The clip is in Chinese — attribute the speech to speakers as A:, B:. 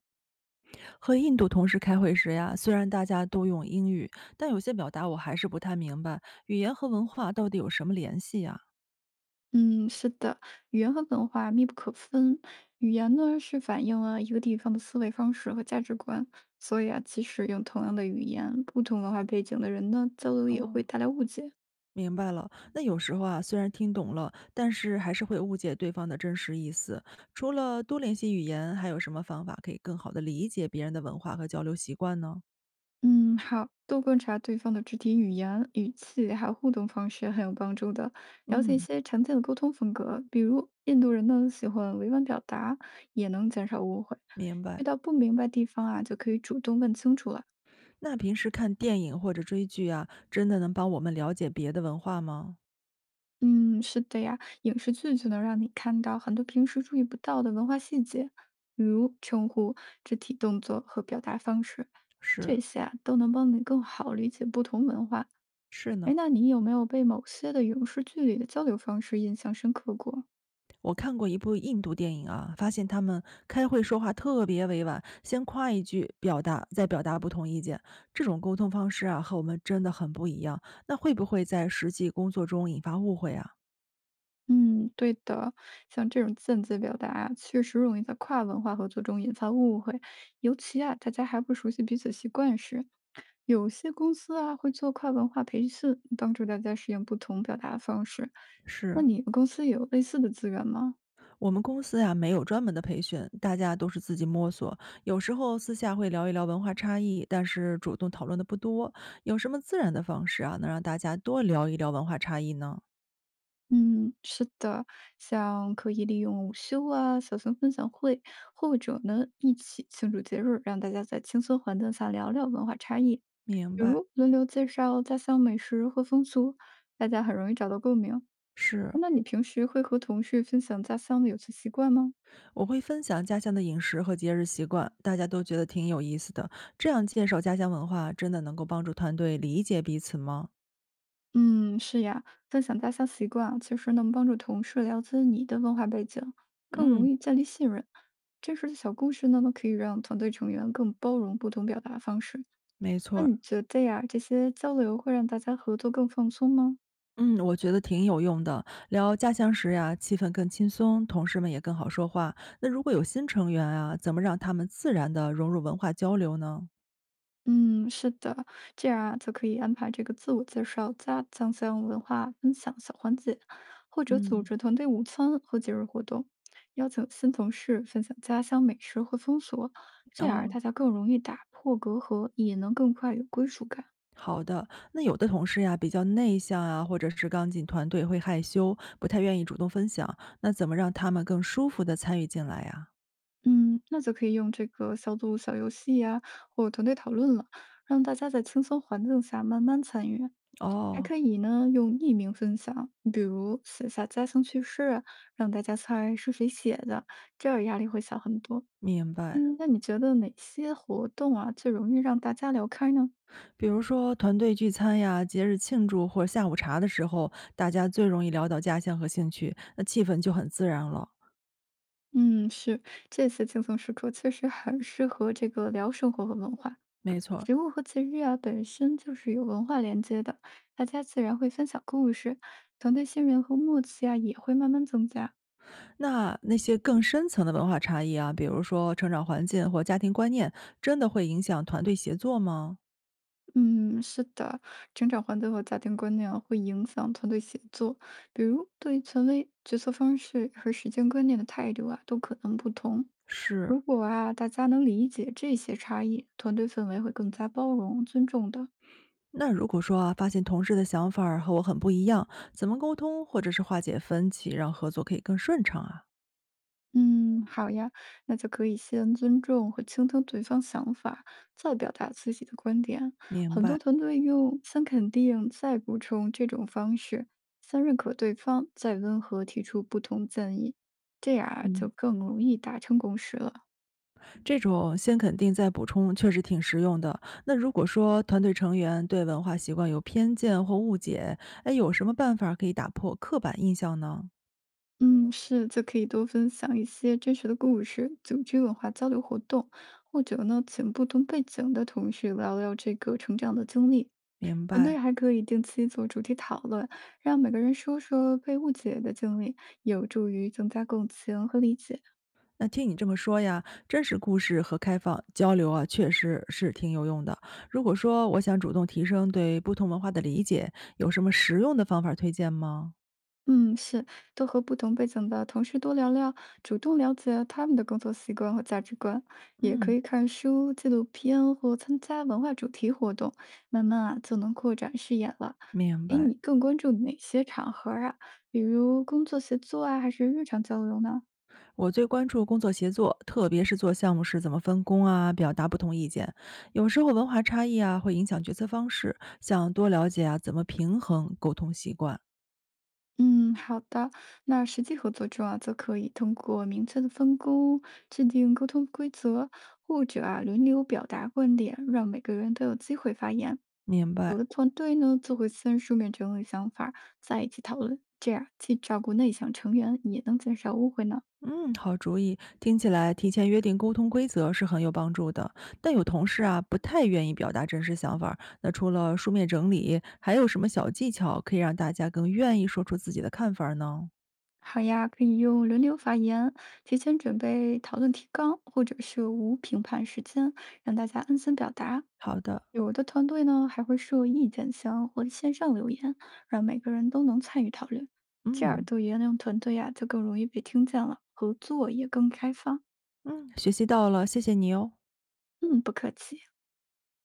A: 和印度同事开会时呀，虽然大家都用英语，但有些表达我还是不太明白，语言和文化到底有什么联系呀？
B: 嗯，是的，语言和文化密不可分。语言呢，是反映了一个地方的思维方式和价值观，所以啊，即使用同样的语言，不同文化背景的人呢，交流也会
A: 哦，
B: 带来误解。
A: 明白了，那有时候啊，虽然听懂了，但是还是会误解对方的真实意思。除了多练习语言，还有什么方法可以更好的理解别人的文化和交流习惯呢？
B: 嗯，好，多观察对方的肢体语言、语气还有互动方式很有帮助的。了解一
A: 嗯，
B: 些常见的沟通风格，比如印度人呢喜欢委婉表达，也能减少误会。
A: 明
B: 遇
A: 白。
B: 到不明白地方啊，就可以主动问清楚了。
A: 那平时看电影或者追剧啊，真的能帮我们了解别的文化吗？
B: 嗯，是的呀，影视剧就能让你看到很多平时注意不到的文化细节，比如称呼、肢体动作和表达方式，
A: 是，
B: 这些啊都能帮你更好理解不同文化。
A: 是呢。
B: 哎，那你有没有被某些的影视剧里的交流方式印象深刻过？
A: 我看过一部印度电影啊，发现他们开会说话特别委婉，先夸一句表达，再表达不同意见。这种沟通方式啊，和我们真的很不一样。那会不会在实际工作中引发误会啊？
B: 嗯，对的，像这种间接表达啊，确实容易在跨文化合作中引发误会，尤其啊大家还不熟悉彼此习惯时，有些公司啊会做跨文化培训，帮助大家适应不同表达方式。那
A: 是，
B: 你们公司有类似的资源吗？
A: 我们公司呀、没有专门的培训，大家都是自己摸索。有时候私下会聊一聊文化差异，但是主动讨论的不多。有什么自然的方式啊，能让大家多聊一聊文化差异呢？
B: 嗯，是的，像可以利用午休啊、小型分享会，或者呢一起庆祝节日，让大家在轻松环境下聊聊文化差异，
A: 明
B: 比
A: 白，
B: 如轮流介绍家乡美食或风俗，大家很容易找到共鸣。
A: 是，
B: 那你平时会和同事分享家乡的有趣习惯吗？
A: 我会分享家乡的饮食和节日习惯，大家都觉得挺有意思的。这样介绍家乡文化，真的能够帮助团队理解彼此吗？
B: 嗯，是呀，分享家乡习惯啊其实能帮助同事了解你的文化背景，更
A: 嗯，
B: 容易建立信任。真实的小故事呢，可以让团队成员更包容不同表达方式。
A: 没错
B: 那
A: 儿。
B: 你觉得呀，这些交流会让大家合作更放松吗？
A: 嗯，我觉得挺有用的。聊家乡时呀，气氛更轻松，同事们也更好说话。那如果有新成员啊，怎么让他们自然的融入文化交流呢？
B: 嗯，是的，这样啊就可以安排这个自我介绍加酱香文化分享小环节，或者组
A: 嗯，
B: 织团队午餐和节日活动，邀请新同事分享家乡美食和风俗，这样
A: 哦，
B: 大家更容易打破隔阂，也能更快有归属感。
A: 好的。那有的同事呀，比较内向啊，或者是刚进团队会害羞，不太愿意主动分享。那怎么让他们更舒服的参与进来呀？
B: 嗯，那就可以用这个小组小游戏呀、或团队讨论了，让大家在轻松环境下慢慢参与。还
A: 哦，
B: 可以呢，用匿名分享，比如写下家乡趣事啊让大家猜是谁写的，这样压力会小很多。
A: 明白。
B: 嗯，那你觉得哪些活动啊最容易让大家聊开呢？
A: 比如说团队聚餐呀、节日庆祝或者下午茶的时候，大家最容易聊到家乡和兴趣，那气氛就很自然了。
B: 嗯，是这些轻松时刻确实很适合这个聊生活和文化。
A: 没错儿，
B: 食物和节日啊本身就是有文化连接的，大家自然会分享故事，团队信任和默契啊也会慢慢增加。
A: 那那些更深层的文化差异啊，比如说成长环境或家庭观念，真的会影响团队协作吗？
B: 嗯，是的，成长环境和家庭观念啊会影响团队协作，比如对权威、决策方式和时间观念的态度啊，都可能不同。
A: 是。
B: 如果啊，大家能理解这些差异，团队氛围会更加包容、尊重的。
A: 那如果说啊，发现同事的想法儿和我很不一样，怎么沟通或者是化解分歧，让合作可以更顺畅啊？
B: 嗯，好呀，那就可以先尊重和倾听对方想法，再表达自己的观点。
A: 明
B: 很多
A: 白。
B: 团队用先肯定再补充这种方式，先认可对方，再温和提出不同建议，这样啊就
A: 嗯。
B: 更容易达成共识了。
A: 这种先肯定再补充确实挺实用的。那如果说团队成员对文化习惯有偏见或误解，哎，有什么办法可以打破刻板印象呢？
B: 嗯，是，就可以多分享一些真实的故事，组织文化交流活动，或者呢，请不同背景的同事聊聊这个成长的经历，
A: 明
B: 团队
A: 白。
B: 还可以定期做主题讨论，让每个人说说被误解的经历，有助于增加共情和理解。
A: 那听你这么说呀，真实故事和开放交流啊，确实是挺有用的。如果说我想主动提升对不同文化的理解，有什么实用的方法推荐吗？
B: 嗯，是，多和不同背景的同事多聊聊，主动了解他们的工作习惯和价值观，也可
A: 嗯，
B: 以看书、纪录片或参加文化主题活动，慢慢啊就能扩展视野了。
A: 明
B: 诶，
A: 白。
B: 你更关注哪些场合啊？比如工作协作啊，还是日常交流呢？
A: 我最关注工作协作，特别是做项目时怎么分工啊，表达不同意见。有时候文化差异啊会影响决策方式，想多了解啊怎么平衡沟通习惯。
B: 嗯，好的。那实际合作中啊，则可以通过明确的分工、制定沟通规则，或者啊轮流表达观点，让每个人都有机会发言。
A: 明
B: 有
A: 白，
B: 的团队呢，就会先书面整理想法再一起讨论，这样既照顾内向成员，也能减少误会呢。
A: 嗯，好主意。听起来提前约定沟通规则是很有帮助的。但有同事啊不太愿意表达真实想法儿那除了书面整理，还有什么小技巧可以让大家更愿意说出自己的看法儿呢？
B: 好呀，可以用轮流发言，提前准备讨论提纲，或者是无评判时间，让大家安心表达。
A: 好的，
B: 有的团队呢还会设意见箱或者线上留言，让每个人都能参与讨论。这样
A: 嗯
B: 对原种团队呀、就更容易被听见了，合作也更开放。
A: 嗯，学习到了，谢谢你哦。
B: 嗯，不客气。